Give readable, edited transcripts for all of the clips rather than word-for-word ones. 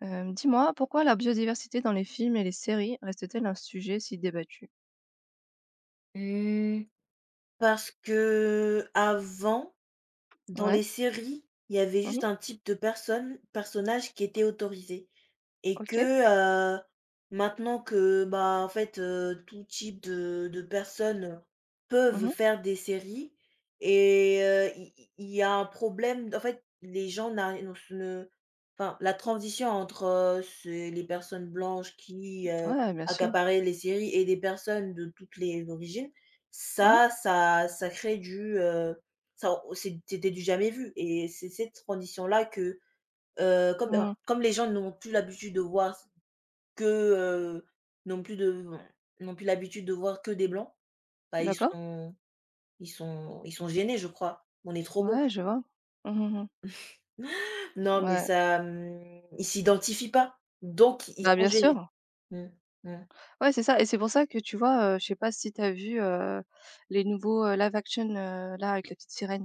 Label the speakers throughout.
Speaker 1: Dis-moi, pourquoi la biodiversité dans les films et les séries reste-t-elle un sujet si débattu?
Speaker 2: Mmh. Parce que avant. Dans
Speaker 1: Ouais.
Speaker 2: les séries, il y avait
Speaker 1: Mmh.
Speaker 2: juste un type de personne personnage qui était autorisé et
Speaker 1: OK.
Speaker 2: que, maintenant que, bah, en fait, tout type de personnes peuvent
Speaker 1: Mmh.
Speaker 2: faire des séries et il y a un problème en fait, les gens n'arri ne se ne enfin, la transition entre, c'est les personnes blanches qui,
Speaker 1: Ouais, bien sûr.
Speaker 2: accaparaient les séries et des personnes de toutes les origines,
Speaker 1: Mmh mh.
Speaker 2: ça crée du, ça, c'était du jamais vu et c'est cette condition-là que, comme enfin,
Speaker 1: Mmh.
Speaker 2: comme les gens n'ont plus l'habitude de voir que, n'ont plus de n'ont plus l'habitude de voir que des blancs, bah, ils
Speaker 1: D'accord.
Speaker 2: sont ils sont ils sont gênés, je crois. On est trop beau.
Speaker 1: Ouais, je vois. Mmh mh.
Speaker 2: Non, mais
Speaker 1: Ouais.
Speaker 2: ça, ils s'identifient pas, donc ils
Speaker 1: Bah,
Speaker 2: sont
Speaker 1: bien
Speaker 2: gênés.
Speaker 1: sûr.
Speaker 2: Mmh, mmh.
Speaker 1: Ouais, c'est ça, et c'est pour ça que tu vois, je sais pas si t'as vu, les nouveaux, live action, là, avec la petite sirène?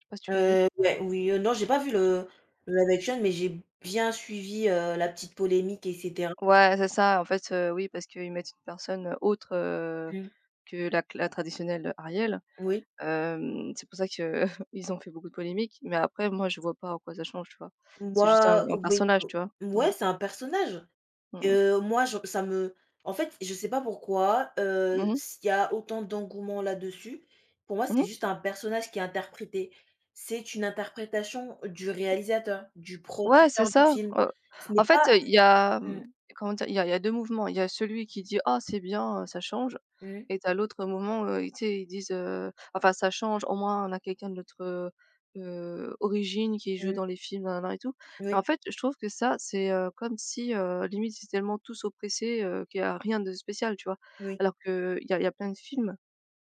Speaker 1: Je sais pas si tu l'as vu?
Speaker 2: Ouais, oui, non, j'ai pas vu le live action, mais j'ai bien suivi, la petite polémique et cetera.
Speaker 1: Ouais, c'est ça. En fait, oui, parce qu'ils mettent une personne, autre,
Speaker 2: Mmh,
Speaker 1: que la traditionnelle Ariel.
Speaker 2: oui.
Speaker 1: C'est pour ça que ils ont fait beaucoup de polémiques, mais après moi je vois pas en quoi ça change, tu vois? C'est juste un
Speaker 2: Moi,
Speaker 1: un
Speaker 2: oui,
Speaker 1: personnage, tu vois? Mmh.
Speaker 2: ouais, c'est un personnage.
Speaker 1: Mmh mh.
Speaker 2: Moi, je ça me en fait, je sais pas pourquoi,
Speaker 1: Mmh.
Speaker 2: s'il y a autant d'engouement là-dessus, pour moi, c'est
Speaker 1: Mmh.
Speaker 2: juste un personnage qui est interprété. C'est une interprétation du réalisateur, du
Speaker 1: Ouais, c'est
Speaker 2: producteur du
Speaker 1: ça.
Speaker 2: film.
Speaker 1: Heu,
Speaker 2: Ce
Speaker 1: en
Speaker 2: n'est pas.
Speaker 1: fait, il y a,
Speaker 2: Mmh,
Speaker 1: comment dire? Il y a 2 mouvements. Il y a celui qui dit: «Ah, c'est bien, ça change»,
Speaker 2: mmh,
Speaker 1: et tu l'autre mouvement, tu sais, ils disent: «Enfin ça change, au moins on a quelqu'un de notre, origine qui joue
Speaker 2: mmh,
Speaker 1: dans les films, nanana et tout». Mais
Speaker 2: oui,
Speaker 1: en fait, je trouve que ça, c'est, comme si, limite c'est tellement tous oppressés, qu'il y a rien de spécial, tu vois?
Speaker 2: oui, oui,
Speaker 1: Alors qu'il y a plein de films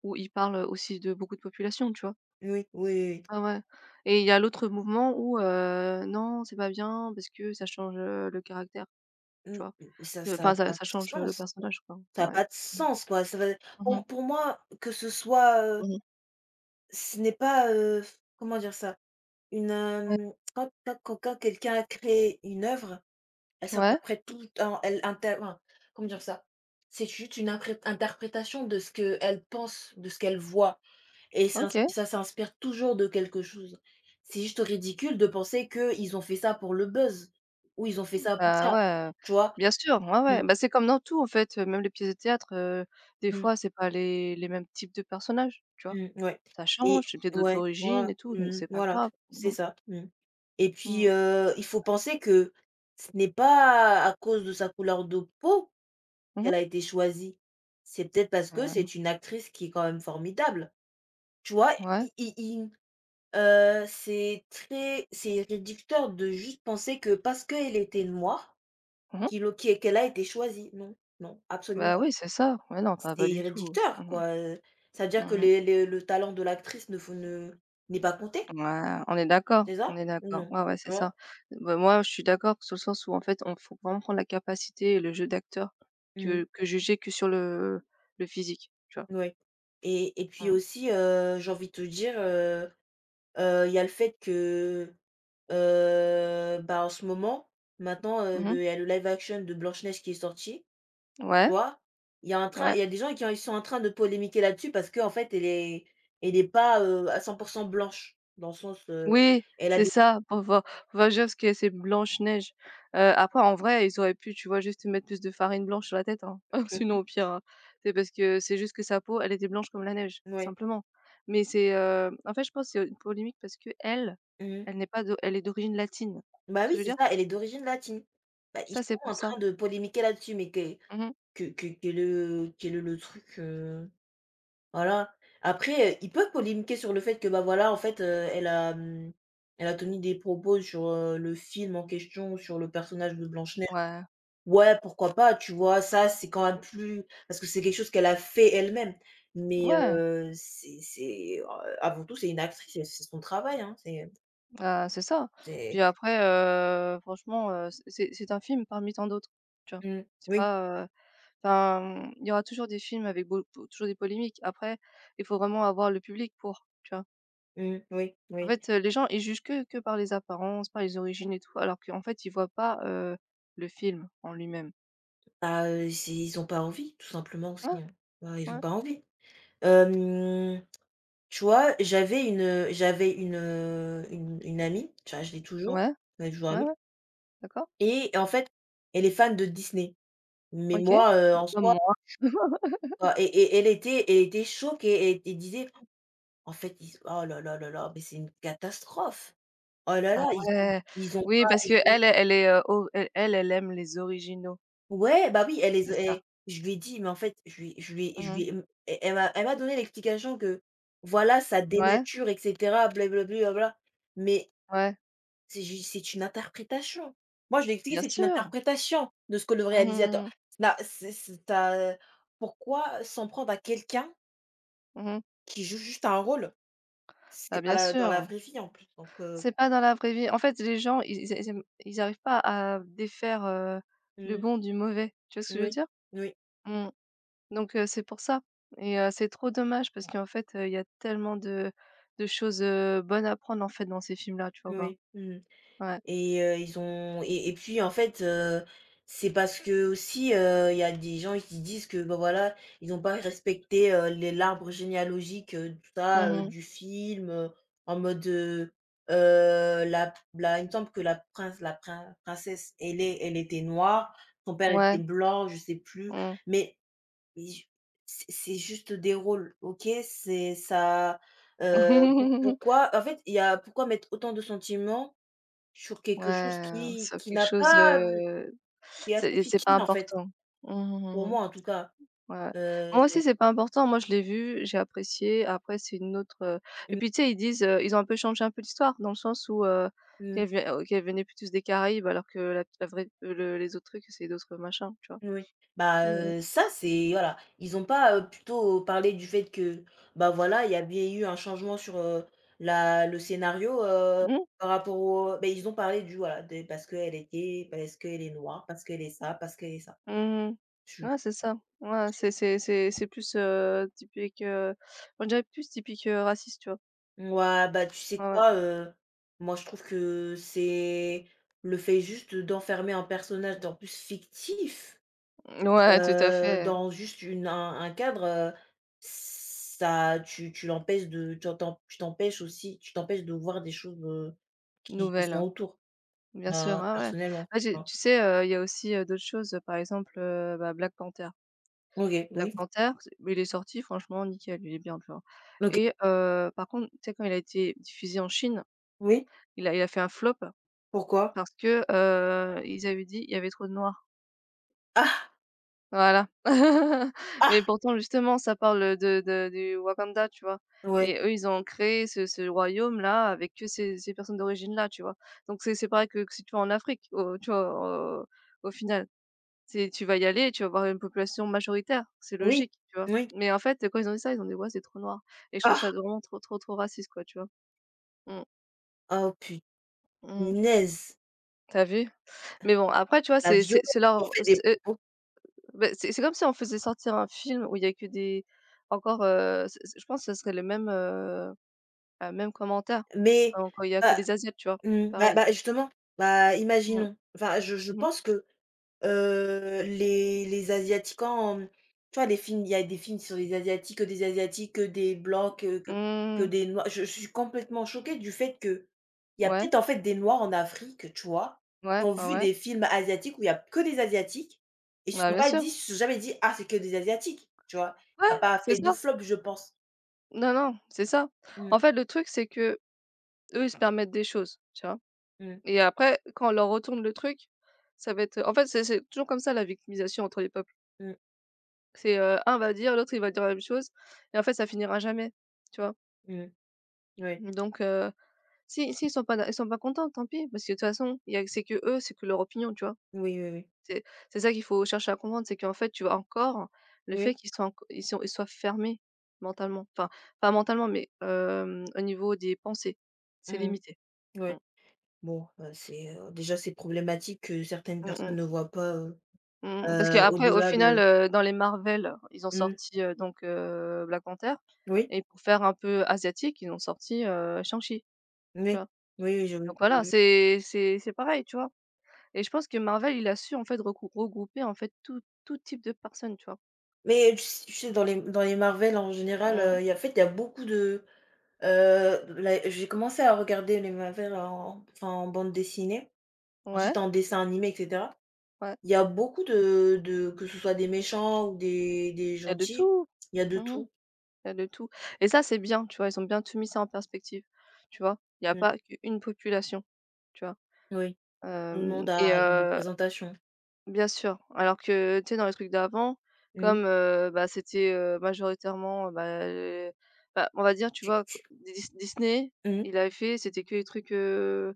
Speaker 1: où ils parlent aussi de beaucoup de populations, tu vois?
Speaker 2: oui, oui, oui.
Speaker 1: Ah ouais. Et il y a l'autre mouvement où, non, c'est pas bien parce que ça change, le caractère, tu
Speaker 2: Mmh,
Speaker 1: vois?
Speaker 2: mmh, ça
Speaker 1: Heu,
Speaker 2: ça a
Speaker 1: enfin ça
Speaker 2: pas de
Speaker 1: ça change, le
Speaker 2: sens.
Speaker 1: personnage quoi,
Speaker 2: Ça a
Speaker 1: ouais.
Speaker 2: pas de
Speaker 1: Mmh.
Speaker 2: sens, quoi. Ça va
Speaker 1: Mmh
Speaker 2: pour
Speaker 1: mh.
Speaker 2: pour moi, que ce soit,
Speaker 1: Mmh.
Speaker 2: ce n'est pas, comment dire ça? Une,
Speaker 1: Ouais.
Speaker 2: quand quelqu'un a créé une œuvre, elle
Speaker 1: Ouais,
Speaker 2: s'interprète tout le temps, elle inter enfin, comment dire ça? C'est juste une incrét interprétation de ce qu'elle pense, de ce qu'elle voit et ça
Speaker 1: OK.
Speaker 2: ça s'inspire toujours de quelque chose. C'est juste ridicule de penser qu'ils ont fait ça pour le buzz ou ils ont fait ça pour
Speaker 1: Bah,
Speaker 2: ça,
Speaker 1: ouais,
Speaker 2: tu vois?
Speaker 1: bien sûr, ouais, ouais.
Speaker 2: Mmh.
Speaker 1: Bah, c'est comme dans tout en fait, même les pièces de théâtre, des
Speaker 2: Mmh.
Speaker 1: fois c'est pas les mêmes types de personnages, tu vois?
Speaker 2: Mmh, ouais
Speaker 1: Ça
Speaker 2: et
Speaker 1: change, c'est peut-être d'autres
Speaker 2: ouais,
Speaker 1: origines et tout, donc c'est pas
Speaker 2: voilà,
Speaker 1: grave. Mmh
Speaker 2: c'est
Speaker 1: mh.
Speaker 2: ça, et puis,
Speaker 1: Mmh.
Speaker 2: il faut penser que ce n'est pas à cause de sa couleur de peau
Speaker 1: Mmh.
Speaker 2: qu'elle a été choisie. C'est peut-être parce que c'est une actrice qui est quand même formidable. Tu vois?
Speaker 1: Ouais.
Speaker 2: I i i c'est réducteur de juste penser que parce qu'elle était noire,
Speaker 1: Mmh.
Speaker 2: qu'il o qu'e qu'elle a été choisie. Non, non, absolument
Speaker 1: Bah,
Speaker 2: pas.
Speaker 1: oui, c'est ça. Ouais, non, pas
Speaker 2: C'est
Speaker 1: du tout.
Speaker 2: réducteur,
Speaker 1: Mmh
Speaker 2: quoi, ça veut
Speaker 1: mh.
Speaker 2: dire que
Speaker 1: Mmh.
Speaker 2: les le talent de l'actrice ne faut ne n'est pas compté,
Speaker 1: Ouais, on est d'accord,
Speaker 2: c'est ça?
Speaker 1: on est
Speaker 2: Ou
Speaker 1: d'accord.
Speaker 2: non?
Speaker 1: Ouais, ouais, c'est
Speaker 2: Tu vois?
Speaker 1: ça. Bah, moi, je suis d'accord sur le sens où, en fait, on faut vraiment prendre la capacité et le jeu d'acteur,
Speaker 2: Mmh,
Speaker 1: que juger que sur le physique, tu vois?
Speaker 2: ouais et puis
Speaker 1: Mmh.
Speaker 2: aussi, j'ai envie de te dire, il y a le fait que, bah, en ce moment, maintenant,
Speaker 1: Mmh.
Speaker 2: le il y a le live action de Blanche-Neige qui est sorti, tu
Speaker 1: Ouais,
Speaker 2: vois?
Speaker 1: ouais.
Speaker 2: Il y a des gens ils sont en train de polémiquer là-dessus parce qu'en fait, elle est pas, à 100% blanche, dans le sens,
Speaker 1: Oui,
Speaker 2: elle a
Speaker 1: c'est
Speaker 2: des
Speaker 1: ça, pour voir juste ce que c'est Blanche-Neige. Après en vrai, ils auraient pu, tu vois, juste mettre plus de farine blanche sur la tête, hein. Sinon au pire, hein. C'est parce que c'est juste que sa peau, elle était blanche comme la neige,
Speaker 2: ouais.
Speaker 1: simplement. Mais c'est, en fait, je pense que c'est une polémique parce que elle
Speaker 2: Mmh.
Speaker 1: elle n'est pas d'o elle est d'origine latine. Tu vois
Speaker 2: Bah
Speaker 1: ce que je
Speaker 2: oui,
Speaker 1: veux
Speaker 2: c'est
Speaker 1: dire?
Speaker 2: ça, elle est d'origine latine. Bah, ils
Speaker 1: Ça,
Speaker 2: sont
Speaker 1: c'est pour
Speaker 2: en
Speaker 1: ça.
Speaker 2: train de polémiquer là-dessus, mais que
Speaker 1: Mmh.
Speaker 2: que que quel est le truc, voilà. Après, ils peuvent polémiquer sur le fait que, bah, voilà, en fait, elle a, elle a tenu des propos sur, le film en question, sur le personnage de Blanche-Neige.
Speaker 1: Ouais,
Speaker 2: Ouais, pourquoi pas, tu vois? Ça, c'est quand même plus parce que c'est quelque chose qu'elle a fait elle-même. Mais,
Speaker 1: ouais,
Speaker 2: c'est, avant tout, c'est une actrice et c'est son travail, hein,
Speaker 1: bah, c'est ça.
Speaker 2: c'est
Speaker 1: Puis après, franchement, c'est un film parmi tant d'autres, tu vois?
Speaker 2: mmh,
Speaker 1: C'est
Speaker 2: oui,
Speaker 1: pas, enfin, il y aura toujours des films avec beau pou toujours des polémiques. Après, il faut vraiment avoir le public pour, tu vois?
Speaker 2: mmh, oui,
Speaker 1: En
Speaker 2: oui.
Speaker 1: fait, les gens, ils jugent que par les apparences, par les origines et tout, alors qu'en fait, ils voient pas, le film en lui-même.
Speaker 2: Bah, c'est ils ont pas envie, tout simplement aussi,
Speaker 1: Ah,
Speaker 2: hein. Bah, ils ont
Speaker 1: ouais,
Speaker 2: pas envie. Hem, tu vois, j'avais une, une amie, tu vois, je l'ai toujours,
Speaker 1: ouais,
Speaker 2: on est toujours
Speaker 1: ouais,
Speaker 2: amies
Speaker 1: ouais, d'accord,
Speaker 2: et en fait, elle est fan de Disney. Mais
Speaker 1: OK,
Speaker 2: moi,
Speaker 1: bah,
Speaker 2: en
Speaker 1: comme
Speaker 2: soi,
Speaker 1: moi.
Speaker 2: bah et elle était choquée et elle disait: «En fait, ils oh là là là là, mais c'est une catastrophe. Oh là
Speaker 1: Ah
Speaker 2: là, ils
Speaker 1: ouais,
Speaker 2: ils ont
Speaker 1: oui,
Speaker 2: pas
Speaker 1: parce
Speaker 2: ils
Speaker 1: que
Speaker 2: ont».
Speaker 1: elle elle est, o elle aime les originaux,
Speaker 2: Ouais, bah oui, elle les
Speaker 1: c'est ça.
Speaker 2: et je lui ai dit, mais en fait, je lui je lui je
Speaker 1: Mmh.
Speaker 2: lui, hem, e elle m'a donné l'explication que voilà, ça
Speaker 1: Ouais,
Speaker 2: dénature et cetera, blablabli. Mais
Speaker 1: ouais,
Speaker 2: c'est une interprétation. Moi, je lui ai expliqué,
Speaker 1: bien
Speaker 2: c'est une
Speaker 1: sûr.
Speaker 2: interprétation de ce que le réalisateur
Speaker 1: Mmh mh,
Speaker 2: là, c'est tu pourquoi s'en prendre à quelqu'un
Speaker 1: mmh.
Speaker 2: qui joue juste un rôle? C'est
Speaker 1: Bah,
Speaker 2: pas
Speaker 1: bien
Speaker 2: la dans la
Speaker 1: sûr.
Speaker 2: vraie vie en plus, donc
Speaker 1: C'est pas dans la vraie vie. En fait, les gens, ils ils ils aiment ils arrivent pas à défaire,
Speaker 2: mmh
Speaker 1: le
Speaker 2: oui.
Speaker 1: bon du mauvais. Tu vois ce que je veux
Speaker 2: Moui,
Speaker 1: dire?
Speaker 2: moui,
Speaker 1: Mmh. Donc, c'est pour ça, et c'est trop dommage parce qu'en fait, il y a tellement de choses, bonnes à prendre, en fait, dans ces films-là, tu vois pas?
Speaker 2: moui, mmh.
Speaker 1: Ouais.
Speaker 2: Et ils ont et puis en fait, c'est parce qu'aussi, il y a des gens qui disent que, bah, voilà, ils n'ont pas respecté, les l'arbre généalogique, tout ça,
Speaker 1: Mmh.
Speaker 2: du film, en mode, la la il me semble que la prince la prin princesse, elle était noire, son père était
Speaker 1: Ouais.
Speaker 2: blanc, je sais plus.
Speaker 1: Mmh.
Speaker 2: Mais mais c'est juste des rôles, OK? C'est ça, pourquoi en fait, il y a pourquoi mettre autant de sentiments sur quelque chose
Speaker 1: Ouais,
Speaker 2: qui
Speaker 1: c'est
Speaker 2: qui
Speaker 1: quelque
Speaker 2: n'a
Speaker 1: chose,
Speaker 2: pas qui est assez
Speaker 1: c'est pas
Speaker 2: futile en fait,
Speaker 1: important. Mmh mmh
Speaker 2: pour
Speaker 1: mmh, mmh.
Speaker 2: moi en tout cas.
Speaker 1: Ouais.
Speaker 2: Heu,
Speaker 1: Moi aussi, c'est pas important. Moi, je l'ai vu, j'ai apprécié. Après, c'est une autre, et
Speaker 2: mmh
Speaker 1: puis, tu sais, ils disent, ils ont un peu changé un peu l'histoire dans le sens où,
Speaker 2: mh,
Speaker 1: qu'elle venait plus des Caraïbes alors que la vraie, le les autres trucs, c'est d'autres machins, tu vois?
Speaker 2: oui. Bah,
Speaker 1: Mmh mh.
Speaker 2: ça c'est voilà, ils ont pas, plutôt parlé du fait que, bah, voilà, il y avait eu un changement sur, la le scénario,
Speaker 1: Mmh.
Speaker 2: par rapport au ils ont parlé du voilà, de parce qu'elle est noire, parce qu'elle est ça, parce qu'elle est ça.
Speaker 1: Mmh.
Speaker 2: Je
Speaker 1: Ouais, c'est ça. Ouais, c'est plus, typique, on dirait plus typique, raciste, tu vois?
Speaker 2: ouais bah, tu sais
Speaker 1: Ouais, ouais.
Speaker 2: quoi? Moi, je trouve que c'est le fait juste d'enfermer un personnage, en plus fictif,
Speaker 1: Ouais, tout à fait,
Speaker 2: dans juste une un cadre, ça tu l'empêches de tu t'empêches aussi tu t'empêches de voir des choses, qui sont
Speaker 1: nouvelle,
Speaker 2: autour,
Speaker 1: bien sûr,
Speaker 2: ben,
Speaker 1: ouais, ouais.
Speaker 2: personnellement,
Speaker 1: Bah, j'ai
Speaker 2: hein.
Speaker 1: tu sais, il y a aussi, d'autres choses, par exemple, bah, Black Panther.
Speaker 2: OK,
Speaker 1: Black
Speaker 2: oui,
Speaker 1: Panther, c il est sorti franchement nickel, il est bien, tu vois?
Speaker 2: OK,
Speaker 1: Et par contre, tu sais, quand il a été diffusé en Chine,
Speaker 2: oui,
Speaker 1: il a fait un flop
Speaker 2: pourquoi?
Speaker 1: parce que, ils avaient dit: «Il y avait trop de noirs».
Speaker 2: Ah!
Speaker 1: Voilà. Mais
Speaker 2: Ah!
Speaker 1: pourtant, justement, ça parle de du Wakanda, tu vois?
Speaker 2: Ouais,
Speaker 1: Et eux, ils ont créé ce royaume-là avec que ces personnes d'origine-là, tu vois? Donc c'est pareil que si tu vas en Afrique, au tu vois? Au final. C'est tu vas y aller et tu vas voir une population majoritaire, c'est
Speaker 2: oui,
Speaker 1: logique, tu vois?
Speaker 2: oui.
Speaker 1: Mais en fait, quand ils ont dit ça, ils ont dit: «Ouais, c'est trop noir», et je trouve
Speaker 2: Ah!
Speaker 1: ça vraiment trop, trop, trop raciste, quoi, tu vois? Mmh,
Speaker 2: Oh
Speaker 1: mmh.
Speaker 2: punaise!
Speaker 1: Tu vu? Mais bon, après, tu vois,
Speaker 2: La violence,
Speaker 1: c'est
Speaker 2: on
Speaker 1: leur
Speaker 2: fait, des
Speaker 1: c'est
Speaker 2: propos.
Speaker 1: beh, c'est comme si on faisait sortir un film où il y a que des encore, c c je pense que ce serait le même, même commentaire
Speaker 2: Mais
Speaker 1: quand il y a que
Speaker 2: bah,
Speaker 1: des asiates, tu vois?
Speaker 2: mmh, bah
Speaker 1: Pareil.
Speaker 2: bah, justement, bah,
Speaker 1: Mmh.
Speaker 2: imaginons. Enfin, je
Speaker 1: Mmh.
Speaker 2: pense que, les asiatiques quand, tu vois, les films il y a des films sur les asiatiques, que des blancs, que que
Speaker 1: Mmh.
Speaker 2: des noirs. Je suis complètement choquée du fait que il y a
Speaker 1: Ouais,
Speaker 2: peut-être, en fait, des noirs en Afrique, tu vois,
Speaker 1: ouais,
Speaker 2: qui ont
Speaker 1: ouais,
Speaker 2: vu
Speaker 1: ouais.
Speaker 2: des films asiatiques où il y a que des asiatiques et ils se
Speaker 1: Bah,
Speaker 2: sont
Speaker 1: bien
Speaker 2: pas
Speaker 1: sûr.
Speaker 2: dit ils se sont jamais dit: «Ah, c'est que des asiatiques», tu vois? Ça a
Speaker 1: Ouais,
Speaker 2: pas
Speaker 1: c'est
Speaker 2: fait de
Speaker 1: ça.
Speaker 2: flop, je pense.
Speaker 1: Non, non, c'est ça.
Speaker 2: Mmh,
Speaker 1: En fait, le truc, c'est que eux, ils se permettent des choses, tu vois?
Speaker 2: mmh,
Speaker 1: Et après, quand on leur retourne le truc, ça va être, en fait, c'est toujours comme ça la victimisation entre les peuples.
Speaker 2: mmh,
Speaker 1: C'est, un va dire, l'autre il va dire la même chose, et en fait, ça finira jamais, tu vois?
Speaker 2: mmh. Ouais.
Speaker 1: Donc, si ils sont pas d'a ils sont pas contents, tant pis, parce que de toute façon, il y a c'est que eux, c'est que leur opinion, tu vois?
Speaker 2: Oui, oui, oui.
Speaker 1: C'est c'est ça qu'il faut chercher à comprendre, c'est qu'en fait, tu vois, encore, le
Speaker 2: Oui.
Speaker 1: fait qu'ils soient enc ils sont ils soient fermés mentalement, enfin, pas mentalement, mais au niveau des pensées, c'est
Speaker 2: Mmh.
Speaker 1: limité. Mmh.
Speaker 2: Ouais. Bon, c'est, déjà c'est problématique que certaines
Speaker 1: Mmh mh.
Speaker 2: personnes ne voient pas,
Speaker 1: Mmh, parce qu'après, au
Speaker 2: au-delà
Speaker 1: final,
Speaker 2: de
Speaker 1: dans les Marvel, ils ont
Speaker 2: mmh.
Speaker 1: sorti, donc Black Panther,
Speaker 2: Oui,
Speaker 1: et pour faire un peu asiatique, ils ont sorti, Shang-Chi, tu
Speaker 2: oui.
Speaker 1: vois?
Speaker 2: Oui, oui, j'ai vu,
Speaker 1: Donc
Speaker 2: j'ai
Speaker 1: voilà,
Speaker 2: vu.
Speaker 1: c'est pareil, tu vois? Et je pense que Marvel, il a su en fait regrouper en fait tout type de personnes, tu vois?
Speaker 2: Mais tu sais dans les Marvel en général,
Speaker 1: Mmh.
Speaker 2: il y a en fait, il y a beaucoup de, la j'ai commencé à regarder les Marvel en enfin en bande dessinée,
Speaker 1: Ouais,
Speaker 2: ensuite en dessin animé et cetera.
Speaker 1: ouais,
Speaker 2: Il y a beaucoup de que ce soit des méchants ou des
Speaker 1: il y a de
Speaker 2: gentils,
Speaker 1: tout.
Speaker 2: il y a de
Speaker 1: Mmh.
Speaker 2: tout.
Speaker 1: Il y a de tout, et ça, c'est bien, tu vois? Ils ont bien tout mis ça en perspective, tu vois? Il n'y a
Speaker 2: Mmh.
Speaker 1: pas qu'une population, tu vois?
Speaker 2: Oui, tout le
Speaker 1: Hem
Speaker 2: monde a
Speaker 1: et
Speaker 2: une représentation.
Speaker 1: Bien sûr, alors que, tu sais, dans les trucs d'avant,
Speaker 2: Mmh.
Speaker 1: comme, bah, c'était, majoritairement, bah, bah, on va dire, tu
Speaker 2: Tu
Speaker 1: vois, q
Speaker 2: tu
Speaker 1: Dis Disney,
Speaker 2: mmh
Speaker 1: il avait fait, c'était que les trucs,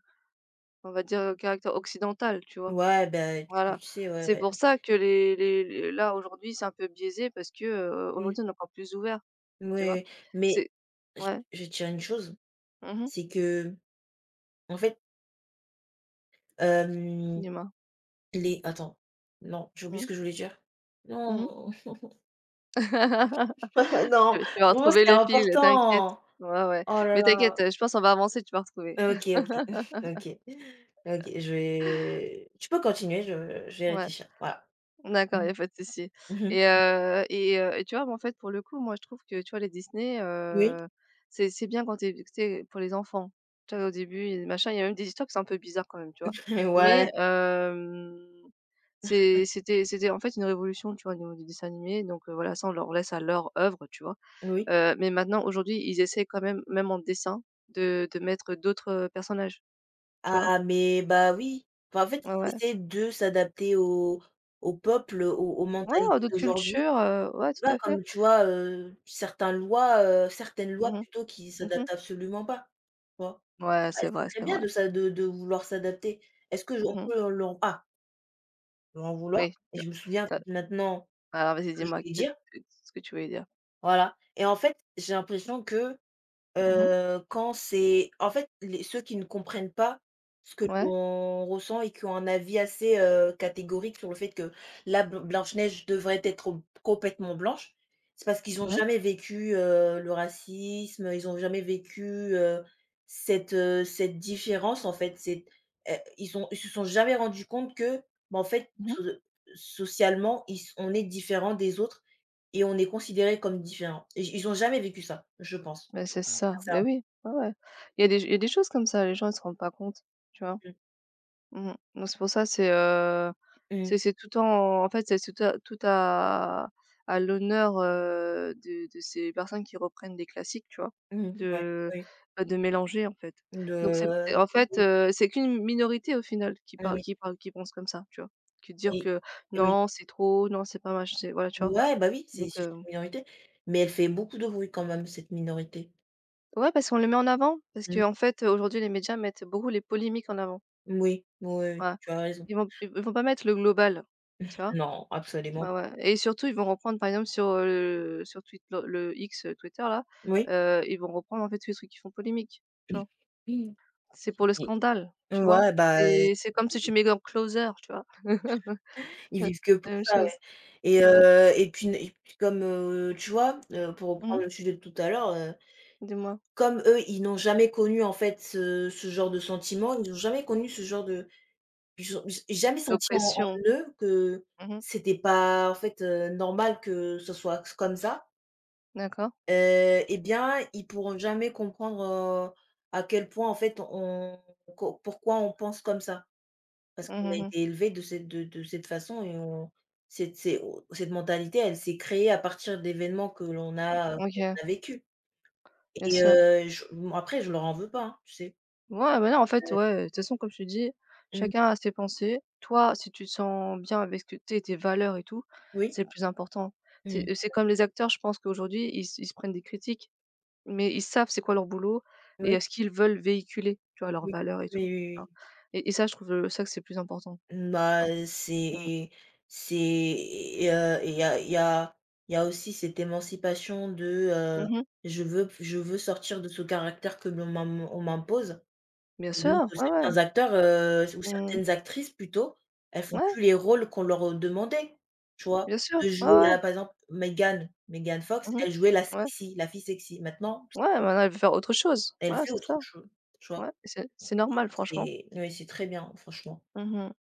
Speaker 1: on va dire, caractère occidental, tu vois?
Speaker 2: Ouais, bah, tu
Speaker 1: Voilà.
Speaker 2: sais, ouais,
Speaker 1: C'est
Speaker 2: ouais.
Speaker 1: pour ça que les là, aujourd'hui, c'est un peu biaisé parce que,
Speaker 2: Mmh.
Speaker 1: aujourd'hui, on est encore plus ouvert, tu vois?
Speaker 2: Ouais, mais
Speaker 1: C'est
Speaker 2: je
Speaker 1: ouais.
Speaker 2: je vais te dire une chose,
Speaker 1: Mmh.
Speaker 2: c'est que en fait, hem,
Speaker 1: Dis-moi.
Speaker 2: les attends, non, j'ai oublié
Speaker 1: Mmh.
Speaker 2: ce que je voulais dire.
Speaker 1: Mmh.
Speaker 2: Non,
Speaker 1: Tu
Speaker 2: non,
Speaker 1: tu vas
Speaker 2: bon,
Speaker 1: retrouver
Speaker 2: c'est
Speaker 1: le fil, t'inquiète.
Speaker 2: important.
Speaker 1: Ouais, ouais.
Speaker 2: Oh là
Speaker 1: Mais
Speaker 2: là.
Speaker 1: t'inquiète, je pense on va avancer, tu vas retrouver.
Speaker 2: OK, OK, OK, OK, je vais tu peux continuer, je vais
Speaker 1: Ouais.
Speaker 2: réfléchir. Voilà.
Speaker 1: D'accord, il
Speaker 2: Mmh.
Speaker 1: y a pas de souci,
Speaker 2: Mmh.
Speaker 1: et tu vois, mais en fait, pour le coup, moi, je trouve que, tu vois, les Disney,
Speaker 2: Oui.
Speaker 1: c'est bien quand tu es pour les enfants. Tu vois, au début, il y a des machins, il y a même des histoires qui sont un peu bizarres quand même, tu vois? Mais
Speaker 2: Ouais,
Speaker 1: c'était, en fait, une révolution, tu vois, au niveau du dessin animé, donc voilà, ça, on leur laisse à leur œuvre, tu vois?
Speaker 2: oui.
Speaker 1: Mais maintenant, aujourd'hui, ils essaient quand même, même en dessin, de mettre d'autres personnages, tu vois?
Speaker 2: Ah mais bah oui. Enfin, en fait,
Speaker 1: Ouais,
Speaker 2: ils
Speaker 1: ouais.
Speaker 2: essaient de s'adapter au peuple, aux
Speaker 1: Ouais,
Speaker 2: mentalités
Speaker 1: d'autres
Speaker 2: d'aujourd'hui.
Speaker 1: cultures, ouais,
Speaker 2: C'est
Speaker 1: tout
Speaker 2: pas
Speaker 1: à fait.
Speaker 2: comme, tu vois, certaines lois
Speaker 1: Mmh mh.
Speaker 2: plutôt qui
Speaker 1: Mmh.
Speaker 2: s'adaptent absolument pas, tu vois?
Speaker 1: Ouais,
Speaker 2: Ah,
Speaker 1: c'est
Speaker 2: c'est
Speaker 1: vrai,
Speaker 2: très
Speaker 1: c'est
Speaker 2: bien
Speaker 1: vrai.
Speaker 2: de ça de vouloir s'adapter. Est-ce que je on
Speaker 1: Mmh.
Speaker 2: peut leur en vouloir
Speaker 1: Oui,
Speaker 2: et
Speaker 1: tu as
Speaker 2: je me souviens en fait, maintenant
Speaker 1: alors
Speaker 2: de ce
Speaker 1: vas-y,
Speaker 2: que je
Speaker 1: dis-moi
Speaker 2: voulais
Speaker 1: que
Speaker 2: dire,
Speaker 1: ce que tu voulais dire.
Speaker 2: voilà et en fait, j'ai l'impression que
Speaker 1: Mmh mh.
Speaker 2: Quand c'est en fait, les ceux qui ne comprennent pas ce que
Speaker 1: Ouais,
Speaker 2: l'on ressent et qui ont un avis assez, catégorique sur le fait que la Bl Blanche-Neige devrait être complètement blanche, c'est parce qu'ils ont
Speaker 1: ouais.
Speaker 2: jamais vécu, le racisme, ils ont jamais vécu, heu, cette différence en fait. C'est ils se sont jamais rendus compte que, bah, en fait,
Speaker 1: Mmh mh.
Speaker 2: socialement, ils s on est différent des autres et on est considéré comme différents. Ils ont jamais vécu ça, je pense.
Speaker 1: Bah, c'est ça. Mais oui, ouais, ouais. Il y a des choses comme ça, les gens ils se rendent pas compte, tu vois?
Speaker 2: Mmh.
Speaker 1: Mmh. Donc c'est pour ça, c'est,
Speaker 2: Mmh.
Speaker 1: c'est tout en fait, c'est tout à l'honneur, de ces personnes qui reprennent des classiques, tu vois?
Speaker 2: Mmh. Ouais,
Speaker 1: De,
Speaker 2: ouais.
Speaker 1: bah, de mélanger, en fait.
Speaker 2: De
Speaker 1: Donc c'est en
Speaker 2: oui,
Speaker 1: fait,
Speaker 2: oui.
Speaker 1: c'est qu'une minorité au final
Speaker 2: Oui, oui.
Speaker 1: qui pense comme ça, tu vois? Qui dire que:
Speaker 2: Oui.
Speaker 1: «Non, c'est trop, non, c'est pas mal, c'est voilà, tu vois?
Speaker 2: Ouais, bah, oui, c'est
Speaker 1: Donc,
Speaker 2: c'est juste une minorité, mais elle fait beaucoup de bruit quand même, cette minorité.
Speaker 1: ouais, parce qu'on les met en avant, parce
Speaker 2: Mmh.
Speaker 1: qu'en fait, aujourd'hui, les médias mettent beaucoup les polémiques en avant.
Speaker 2: Oui, oui, oui,
Speaker 1: Voilà.
Speaker 2: tu as raison.
Speaker 1: Ils vont ils vont pas mettre le global, tu vois?
Speaker 2: Non, absolument
Speaker 1: Ouais,
Speaker 2: pas.
Speaker 1: ouais, et surtout, ils vont reprendre, par exemple, sur, le sur Twitter, le X, Twitter là,
Speaker 2: Oui.
Speaker 1: ils vont reprendre, en fait, tous les trucs qui font polémique, tu vois? C'est pour le scandale,
Speaker 2: Et
Speaker 1: tu vois?
Speaker 2: ouais, bah,
Speaker 1: C'est comme si tu mets dans Closer, tu vois?
Speaker 2: ils vivent que
Speaker 1: La
Speaker 2: pour
Speaker 1: même
Speaker 2: ça,
Speaker 1: chose.
Speaker 2: ouais
Speaker 1: Ouais.
Speaker 2: et puis comme, tu vois, pour
Speaker 1: Mmh.
Speaker 2: reprendre le sujet de tout à l'heure,
Speaker 1: Dis-moi?
Speaker 2: comme eux, ils n'ont jamais connu, en fait, ce genre de sentiment, ils ont jamais connu ce genre de. Je j'ai jamais senti en
Speaker 1: L'oppression.
Speaker 2: eux que
Speaker 1: Mmh.
Speaker 2: c'était pas, en fait, normal que ce soit comme ça,
Speaker 1: D'accord.
Speaker 2: heu et bien, ils pourront jamais comprendre, heu, à quel point, en fait, on co pourquoi on pense comme ça. Parce
Speaker 1: Mmh
Speaker 2: qu'on a
Speaker 1: mh, mmh.
Speaker 2: été élevé de cette de cette façon et on cette c'est oh, cette mentalité, elle s'est créée à partir d'événements que l'on a qu'on
Speaker 1: OK,
Speaker 2: a vécu
Speaker 1: bien
Speaker 2: et
Speaker 1: sûr.
Speaker 2: je m après je leur en veux pas, hein, tu sais?
Speaker 1: Ouais, bah, là, en fait, ouais, de toute façon, comme je te dis,
Speaker 2: Mmh.
Speaker 1: chacun a ses pensées. Toi, si tu te sens bien avec ce que t'es tes valeurs et tout,
Speaker 2: Oui.
Speaker 1: c'est le plus important.
Speaker 2: Mmh.
Speaker 1: C'est comme les acteurs, je pense qu'aujourd'hui, ils se prennent des critiques, mais ils savent c'est quoi leur boulot
Speaker 2: Oui,
Speaker 1: et
Speaker 2: oui.
Speaker 1: ce qu'ils veulent véhiculer, tu vois? Leurs
Speaker 2: Oui,
Speaker 1: valeurs et
Speaker 2: oui,
Speaker 1: tout, tu vois?
Speaker 2: oui.
Speaker 1: Et ça, je trouve, ça que c'est le plus important, tu
Speaker 2: Bah,
Speaker 1: vois? Mmh.
Speaker 2: c'est et il y a il y a il y a aussi cette émancipation de, heu,
Speaker 1: Mmh.
Speaker 2: je veux sortir de ce caractère que l'on m'im on m'impose
Speaker 1: Bien
Speaker 2: et donc
Speaker 1: sûr, ouais, ouais.
Speaker 2: certains acteurs, ou
Speaker 1: Mmh.
Speaker 2: certaines actrices plutôt, elles font
Speaker 1: Ouais,
Speaker 2: plus les rôles qu'on leur, demandait, tu vois?
Speaker 1: bien sûr,
Speaker 2: De
Speaker 1: ouais,
Speaker 2: jouer
Speaker 1: ouais.
Speaker 2: la par exemple Megan Fox,
Speaker 1: Mmh.
Speaker 2: elle jouait la
Speaker 1: Ouais.
Speaker 2: sexy, la fille sexy. Maintenant,
Speaker 1: Ouais, maintenant, elle veut faire autre chose.
Speaker 2: elle
Speaker 1: Ouais,
Speaker 2: fait
Speaker 1: c'est
Speaker 2: autre
Speaker 1: ça.
Speaker 2: chose, tu vois?
Speaker 1: Ouais, c'est normal, franchement.
Speaker 2: C'est oui, c'est très bien, franchement.
Speaker 1: Mmh.